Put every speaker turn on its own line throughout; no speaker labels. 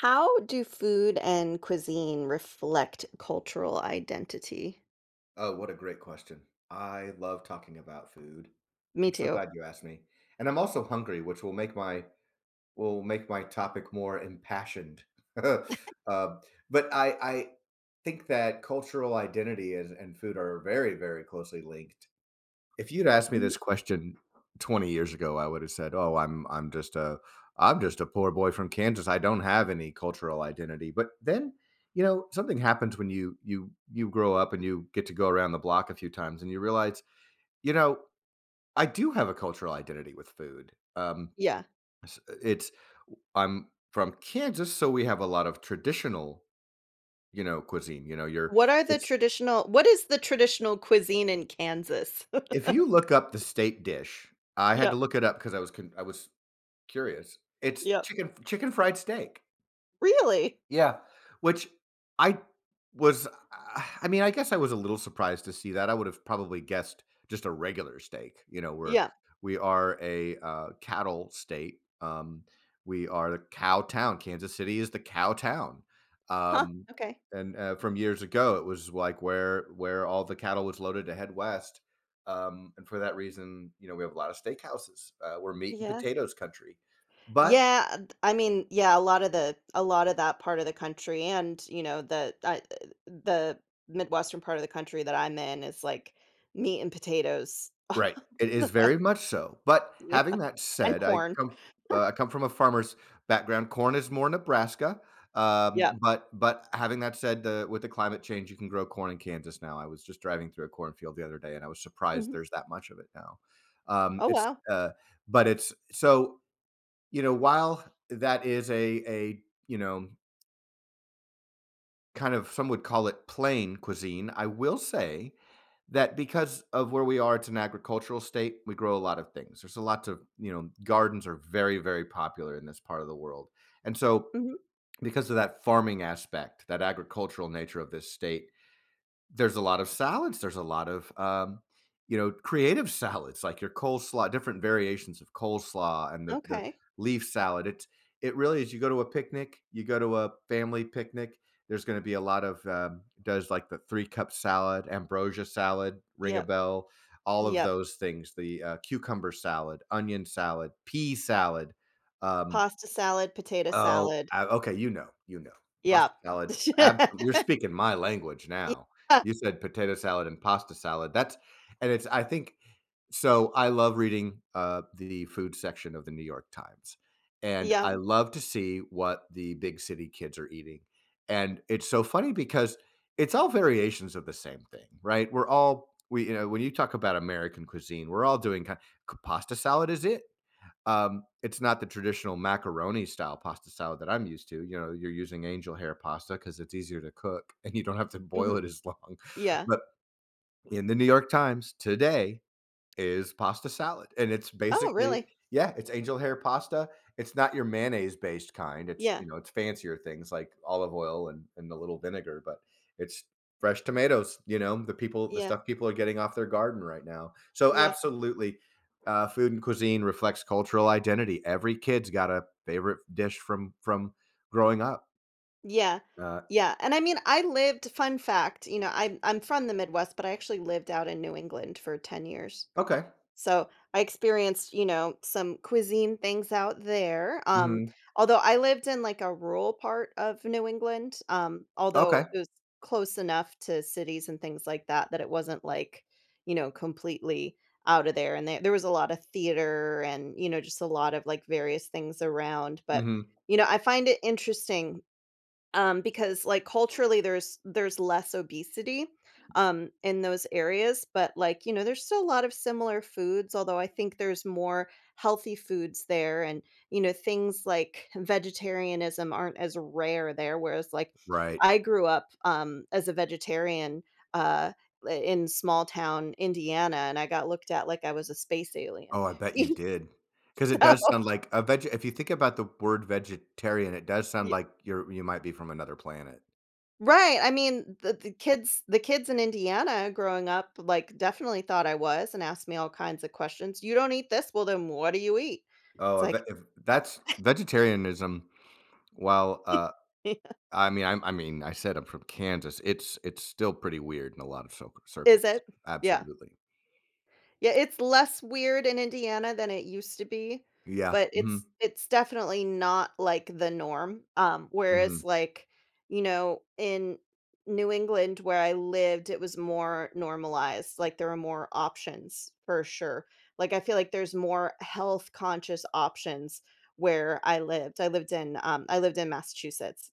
How do food and cuisine reflect cultural identity?
Oh, what a great question. I love talking about food.
Me
I'm so
too.
glad you asked me. And I'm also hungry, which will make my topic more impassioned. Um, but I think that cultural identity is and food are very, very closely linked. If you'd asked me
Mhm.
this question 20 years ago, I would have said, "Oh, I'm just a poor boy from Kansas. I don't have any cultural identity." But then, something happens when you grow up and you get to go around the block a few times and you realize, you know, I do have a cultural identity with food.
Yeah.
S- it's I'm from Kansas, so we have a lot of traditional, cuisine. You know, you're.
What are the
It's
traditional what is the traditional cuisine in Kansas?
If you look up the state dish, I had to
Yep,
look it up because I was curious. It's
yep.
chicken fried steak.
Really?
Yeah, which I was I mean, I guess I was a little surprised to see that. I would have probably guessed just a regular steak. You know, we're
Yeah.
we are a cattle state. We are the cow town. Kansas City is the cow town.
Huh,
Um,
okay.
from years ago, it was like where all the cattle was loaded to head west. And for that reason, we have a lot of steakhouses. We're meat and
Yeah.
potatoes country. But
Yeah, a lot of that part of the country and, the Midwestern part of the country that I'm in is, like, meat and potatoes all
Right. It is
the way.
very much so. But
Yeah,
having that
and
said,
corn.
I come from a farmer's background. Corn is more Nebraska. Um,
Yeah.
but but having that said, the with the climate change, you can grow corn in Kansas now. I was just driving through a cornfield the other day, and I was surprised
Mhm.
there's that much of it now.
Oh,
It's
wow.
but it's so, while that is a kind of, some would call it plain cuisine. I will say that because of where we are, it's an agricultural state, we grow a lot of things. There's a lot of, gardens are very, very popular in this part of the world. And so
Mhm.
because of that farming aspect, that agricultural nature of this state, there's a lot of salads, there's a lot of, creative salads, like your coleslaw, different variations of coleslaw and the
Okay.
leaf salad. It really is, you go to a picnic, you go to a family picnic, there's gonna be a lot of, does, like, the three-cup salad, ambrosia salad, ring a
Yep,
bell, all of
yep.
those things, the cucumber salad, onion salad, pea salad. um
Pasta salad, potato
Oh,
salad.
okay. Pasta
Yep.
salad, absolutely, you're speaking my language now.
Yeah,
You said potato salad and pasta salad. That's and it's I think so. I love reading, the food section of the New York Times, and
yeah,
I love to see what the big city kids are eating, and it's so funny because it's all variations of the same thing, right? We're all we You know, when you talk about American cuisine, we're all doing kind pasta salad is it. It's not the traditional macaroni style pasta salad that I'm used to. You know, you're using angel hair pasta because it's easier to cook and you don't have to boil
mhm,
it as long.
yeah.
But in the New York Times today is pasta salad, and it's
Oh,
basically,
really?
yeah, it's angel hair pasta. It's not your mayonnaise-based kind, it's,
Yeah,
it's fancier things like olive oil and a little vinegar, but it's fresh tomatoes, you know, the
yeah,
stuff people are getting off their garden right now. So,
yeah,
absolutely, food and cuisine reflects cultural identity. Every kid's got a favorite dish from growing up.
yeah,
Uh,
yeah, and I mean, I lived fun fact, I'm from the Midwest, but I actually lived out in New England for 10 years.
okay.
So I experienced, some cuisine things out there.
Mhm.
Although I lived in like a rural part of New England,
Okay.
although it was close enough to cities and things like that that it wasn't like, completely out of there. And there was a lot of theater and, just a lot of like various things around. But,
Mhm.
I find it interesting because, like, culturally, there's less obesity, in those areas, but, like, there's still a lot of similar foods, although I think there's more healthy foods there and, things like vegetarianism aren't as rare there, whereas, like,
Right.
I grew up, as a vegetarian, uh, I in small town Indiana, and I got looked at like I was a space alien.
Oh, I bet you did, because it does sound like a veg if you think about the word vegetarian, it does
You
sound
know?
like you might be from another planet.
Right, I mean, the kids in Indiana growing up, like, definitely thought I was and asked me all kinds of questions. "You don't eat this? Well, then what do you eat?" It's
Oh,
like,
if that's vegetarianism, while, I mean, I said I'm from Kansas, it's still pretty weird in a lot of cir
"Is
circles.
it?" Yeah.
Absolutely.
Yeah, it's less weird in Indiana than it used to be,
Yeah,
but
mhm,
it's definitely not like the norm.
mhm.
Whereas like, in New England where I lived, it was more normalized. Like there are more options for sure. Like I feel like there's more health conscious options where I lived. I lived in Massachusetts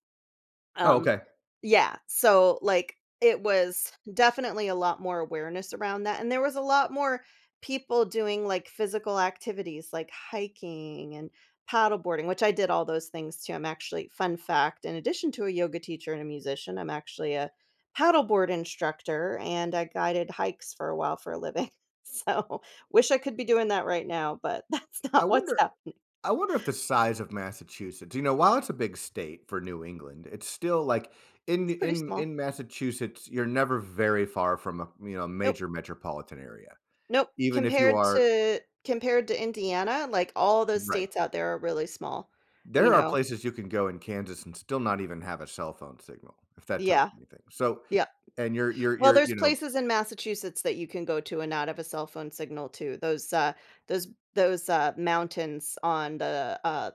Oh,
um,
okay.
yeah, so, like, it was definitely a lot more awareness around that, and there was a lot more people doing, like, physical activities like hiking and paddleboarding, which I did all those things too. I'm actually fun fact, in addition to a yoga teacher and a musician, I'm actually a paddleboard instructor, and I guided hikes for a while for a living. So, wish I could be doing that right now, but that's
I
not what's
wonder
up.
I wonder if the size of Massachusetts, you know, while it's a big state for New England, it's still like, in
It's pretty
in
small.
in Massachusetts, you're never very far from a,
Nope.
major metropolitan area,
Nope,
even if you
compared
are.
to Indiana, like, all those
Right.
states out there are really small, you
There are
know?
places you can go in Kansas and still not even have a cell phone signal, if that tells
Yeah,
you anything. So,
yeah.
and
Well, there's places in Massachusetts that you can go to and not have a cell phone signal too. Those those mountains on the, uh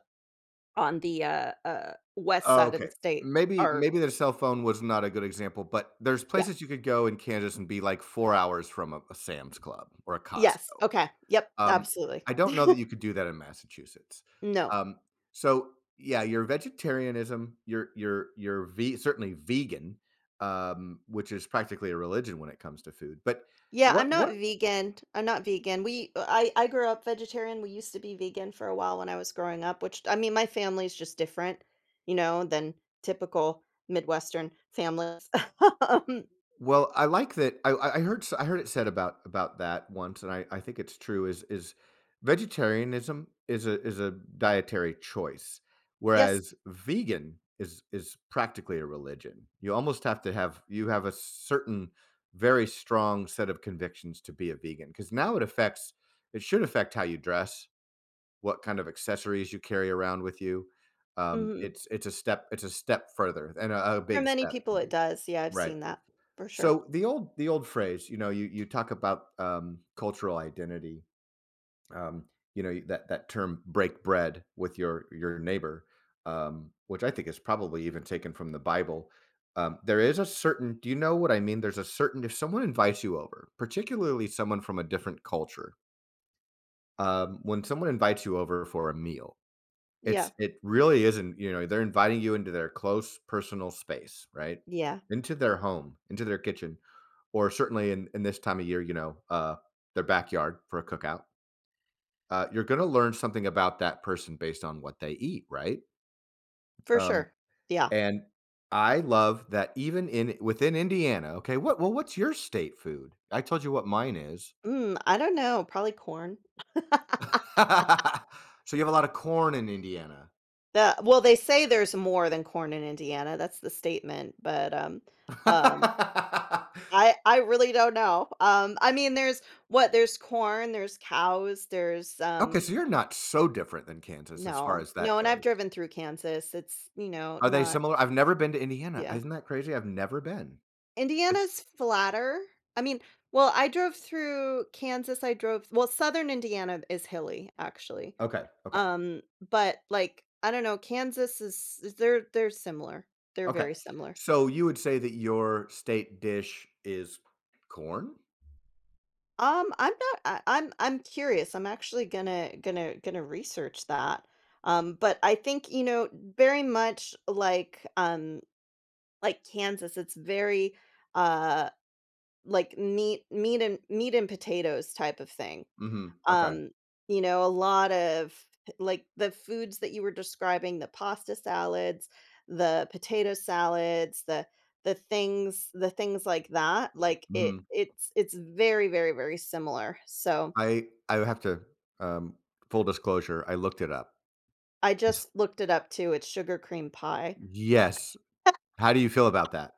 on the, west
oh,
side of the
okay.
state
Maybe
are
maybe the cell phone was not a good example, but there's
yeah.
places you could go in Kansas and be like 4 hours from a Sam's Club or a
Yes,
Costco.
okay, yep,
Um,
absolutely.
I don't know that you could do that in Massachusetts.
No.
Um, so yeah, your vegetarianism, your ve certainly vegan, which is practically a religion when it comes to food. But
Yeah, I'm not
what
vegan. I'm not vegan. We I grew up vegetarian. We used to be vegan for a while when I was growing up, which I mean, my family's just different, you know, than typical Midwestern families. Um,
well, I like that. I heard it said about that once, and I think it's true. Is Vegetarianism is a dietary choice,
yes.
whereas vegan is practically a religion. You almost have to have you have a certain very strong set of convictions to be a vegan because now it affects it should affect how you dress, what kind of accessories you carry around with you.
Mhm.
It's a step further and a
For
big
many
step
people it
indeed.
does. Yeah, I've
Right.
seen that for sure.
So the old phrase, you talk about cultural identity. Um, you know that term "break bread with your neighbor," which I think is probably even taken from the Bible. There is a certain. Do you know what I mean? There's a certain. If someone invites you over, particularly someone from a different culture, when someone invites you over for a meal,
Yeah.
it really isn't, they're inviting you into their close personal space, right?
Yeah.
Into their home, into their kitchen, or certainly in, this time of year, their backyard for a cookout. You're going to learn something about that person based on what they eat, right?
For
Um,
sure. Yeah.
and I love that even in within Indiana. Okay, what well, what's your state food? I told you what mine is.
Mm, I don't know, probably corn.
So you have a lot of corn in Indiana.
The well, they say there's more than corn in Indiana. That's the statement, but um I really don't know. I mean, there's what? There's corn. There's cows. There's
Okay, so you're not so different than Kansas as far
no,
as
no.
that
And I've
goes.
driven through Kansas. It's you know
Are they
not
similar? I've never been to Indiana.
yeah.
Isn't that crazy? I've never been. It's
Indiana's flatter. I mean, well, I drove through Kansas. I drove well. Southern Indiana is hilly, actually.
okay, okay,
Um, but like I don't know, they're similar. They're
okay.
very similar.
So you would say that your state dish is corn?
I'm not I'm curious. I'm actually gonna research that. But I think, you know, very much like Kansas, it's very uh like meat and potatoes type of thing.
Mhm, okay,
Um, you know, a lot of like the foods that you were describing, the pasta salads, the potato salads, the things like that like
mhm.
it's very very similar so
I have to, um full disclosure, I looked it up.
I
Yes.
just looked it up too, it's sugar cream pie.
Yes. How do you feel about that?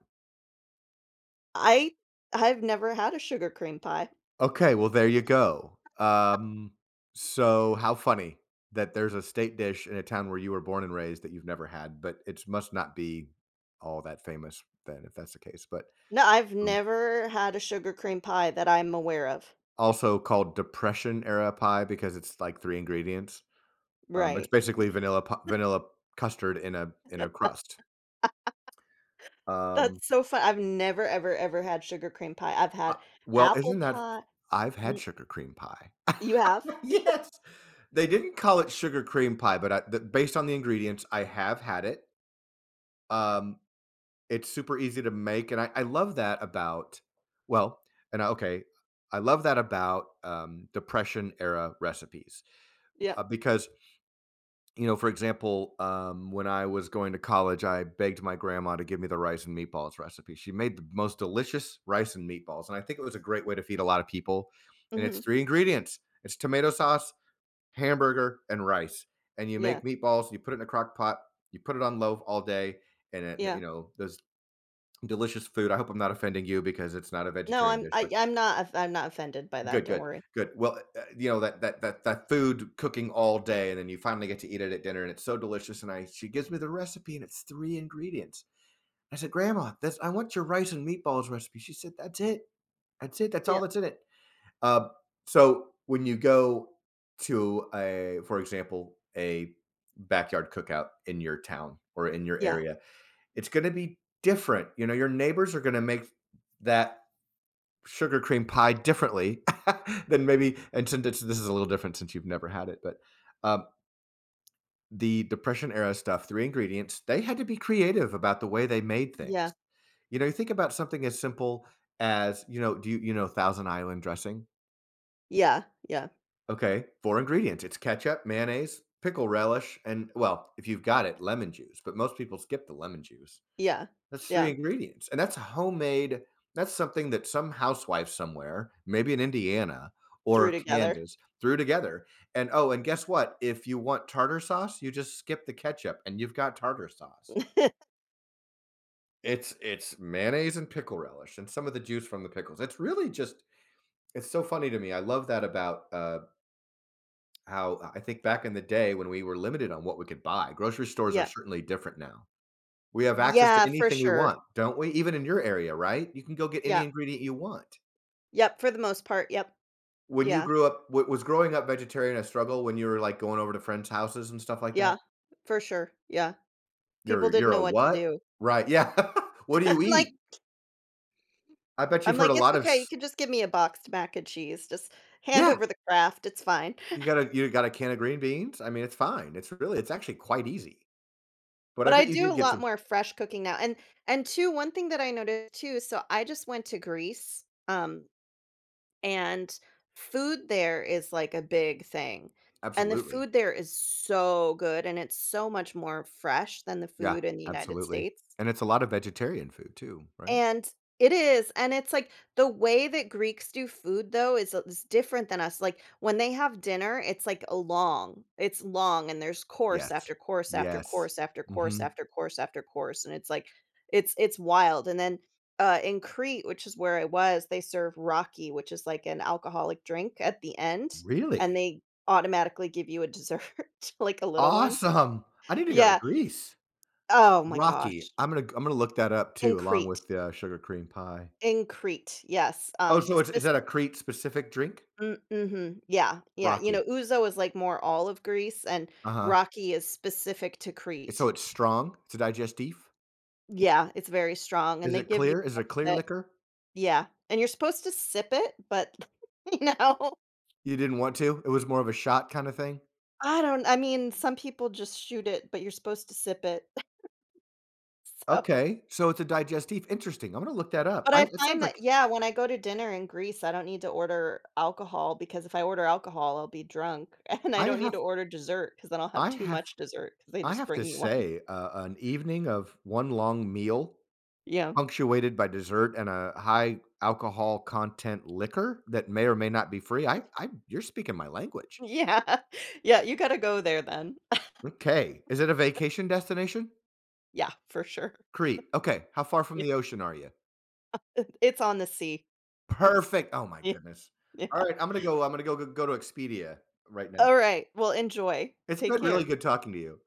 I I've never had a sugar cream pie.
Okay, well, there you go. So how funny that there's a state dish in a town where you were born and raised that you've never had, but it must not be all that famous then if that's the case. But,
No, I've
um,
never had a sugar cream pie that I'm aware of.
also called depression era pie because it's like three ingredients. It's
Right.
basically vanilla custard in a crust. Um,
That's so fun I've never, ever, ever had sugar cream pie. I've
uh,
had
well,
apple
isn't that
pie
I've had
Mm,
sugar cream pie.
you have?
Yes. They didn't call it sugar cream pie, but based on the ingredients, I have had it. Um, it's super easy to make, and I love that about, well, and I okay, I love that about, depression era recipes,
Yep.
because, for example, when I was going to college, I begged my grandma to give me the rice and meatballs recipe. She made the most delicious rice and meatballs, and I think it was a great way to feed a lot of people, and it's
Mhm.
3 ingredients. It's tomato sauce, hamburger, and rice, and you
Yeah,
make meatballs, you put it in a crock pot, you put it on low all day, and it,
yeah.
those delicious food. I hope I'm not offending you because it's not a
No,
vegetarian
I'm
dish,
I
but
I'm not of I'm not offended by that,
good,
don't
good,
worry.
good. Well, you know that food cooking all day, and then you finally get to eat it at dinner, and it's so delicious. And she gives me the recipe, and it's three ingredients. I said, "Grandma, that's I want your rice and meatballs recipe." She said, "That's it. That's it. That's
Yeah,
all that's in it." Uh, so when you go to, a, for example, a backyard cookout in your town or in your
yeah,
area, it's going to be different. You know, your neighbors are going to make that sugar cream pie differently than maybe, and this is a little different since you've never had it, but um, the depression era stuff, three ingredients, they had to be creative about the way they made
yeah,
things. You know, you think about something as simple as, you know, you know, thousand island dressing,
yeah, yeah,
okay, four ingredients. It's ketchup, mayonnaise, pickle relish, and, well, if you've got it, lemon juice, but most people skip the lemon juice.
yeah,
That's 3
yeah,
ingredients, and that's homemade. That's something that some housewife somewhere, maybe in Indiana
threw
or
together.
Kansas, threw together. And, oh, and guess what? If you want tartar sauce, you just skip the ketchup and you've got tartar sauce. It's mayonnaise and pickle relish and some of the juice from the pickles. It's really just it's so funny to me. I love that about, how I think back in the day when we were limited on what we could buy, grocery stores are
Yeah.
certainly different now. We have access to
Yeah, for
anything we
sure.
want, don't we? Even in your area, right? You can go get any
Yeah.
ingredient you want.
Yep, for the most part, yep.
When you
Yeah,
grew up, w was growing up vegetarian a struggle when you were, like, going over to friends' houses and stuff like
yeah,
that?
for sure, yeah. People
You're
didn't
you're
know
a
what to
what?
do.
Right, yeah. What do
I'm
you
like
eat? I bet
I'm
you've heard a
like, "It's
lot of
okay, you
s.
can just give me a boxed mac and cheese, just hand
Yeah,
over the craft, it's fine."
you got a can of green beans? I mean, it's fine. It's actually quite easy, but
But
I
I
bet you
do a
did get
lot
some.
more fresh cooking now, and two, one thing that I noticed too, so I just went to Greece, and food there is, like, a big thing, and the
Absolutely.
food there is so good, and it's so much more fresh than the
Yeah,
food in the United
absolutely,
States.
and it's a lot of vegetarian food too, right?
And it is, and it's like the way that Greeks do food though is different than us. Like when they have dinner, it's like a long. It's long and there's course
Yes.
after course after
Yes.
course after course
Mhm.
after course after course, and it's like it's wild. And then in Crete, which is where I was, they serve raki, which is like an alcoholic drink at the end, and
Really?
they automatically give you a dessert, like a little one.
Awesome. I need to go to
Yeah.
Greece.
Oh my
Rocky.
gosh.
I'm gonna look that up
In
too, along
Crete.
with the sugar cream pie.
In Crete. Yes.
Oh,
The
so it's is that a
speci-
Crete specific drink?
Mm mhm. Yeah, yeah, you know,
Rocky.
Uzo is, like, more all of Greece, and
Uh-huh.
Rocky is specific to Crete.
So it's strong? It's a digestif?
Yeah, it's very strong, and
Is
they
it
give you
clear?
a
Is it a clear
bunch of it.
liquor?
Yeah, and you're supposed to sip it, but, you know,
You didn't want to? It was more of a shot kind of thing?
I don't I mean, some people just shoot it, but you're supposed to sip it, so
Okay. So it's a digestif. Interesting. I'm gonna look that up.
but
I
I
it sounds
find that
like
yeah, when I go to dinner in Greece, I don't need to order alcohol because if I order alcohol, I'll be drunk, and I
I
don't need
have
to order dessert because then I'll have
I
too
have
much dessert because they
I
just
have to
bring you one.
say, an evening of one long meal
Yeah.
punctuated by dessert and a high alcohol content liquor that may or may not be free. I You're speaking my language.
Yeah. Yeah, you gotta go there then.
Okay. Is it a vacation destination?
Yeah, for sure.
Crete. Okay. How far from
Yeah,
the ocean are you?
it's on the sea.
Perfect. Oh my
Yeah,
goodness. All
yeah.
right. I'm gonna go. I'm gonna go, go, go to Expedia right now.
Alright, well, enjoy.
It's
Take
been really
care.
good talking to you.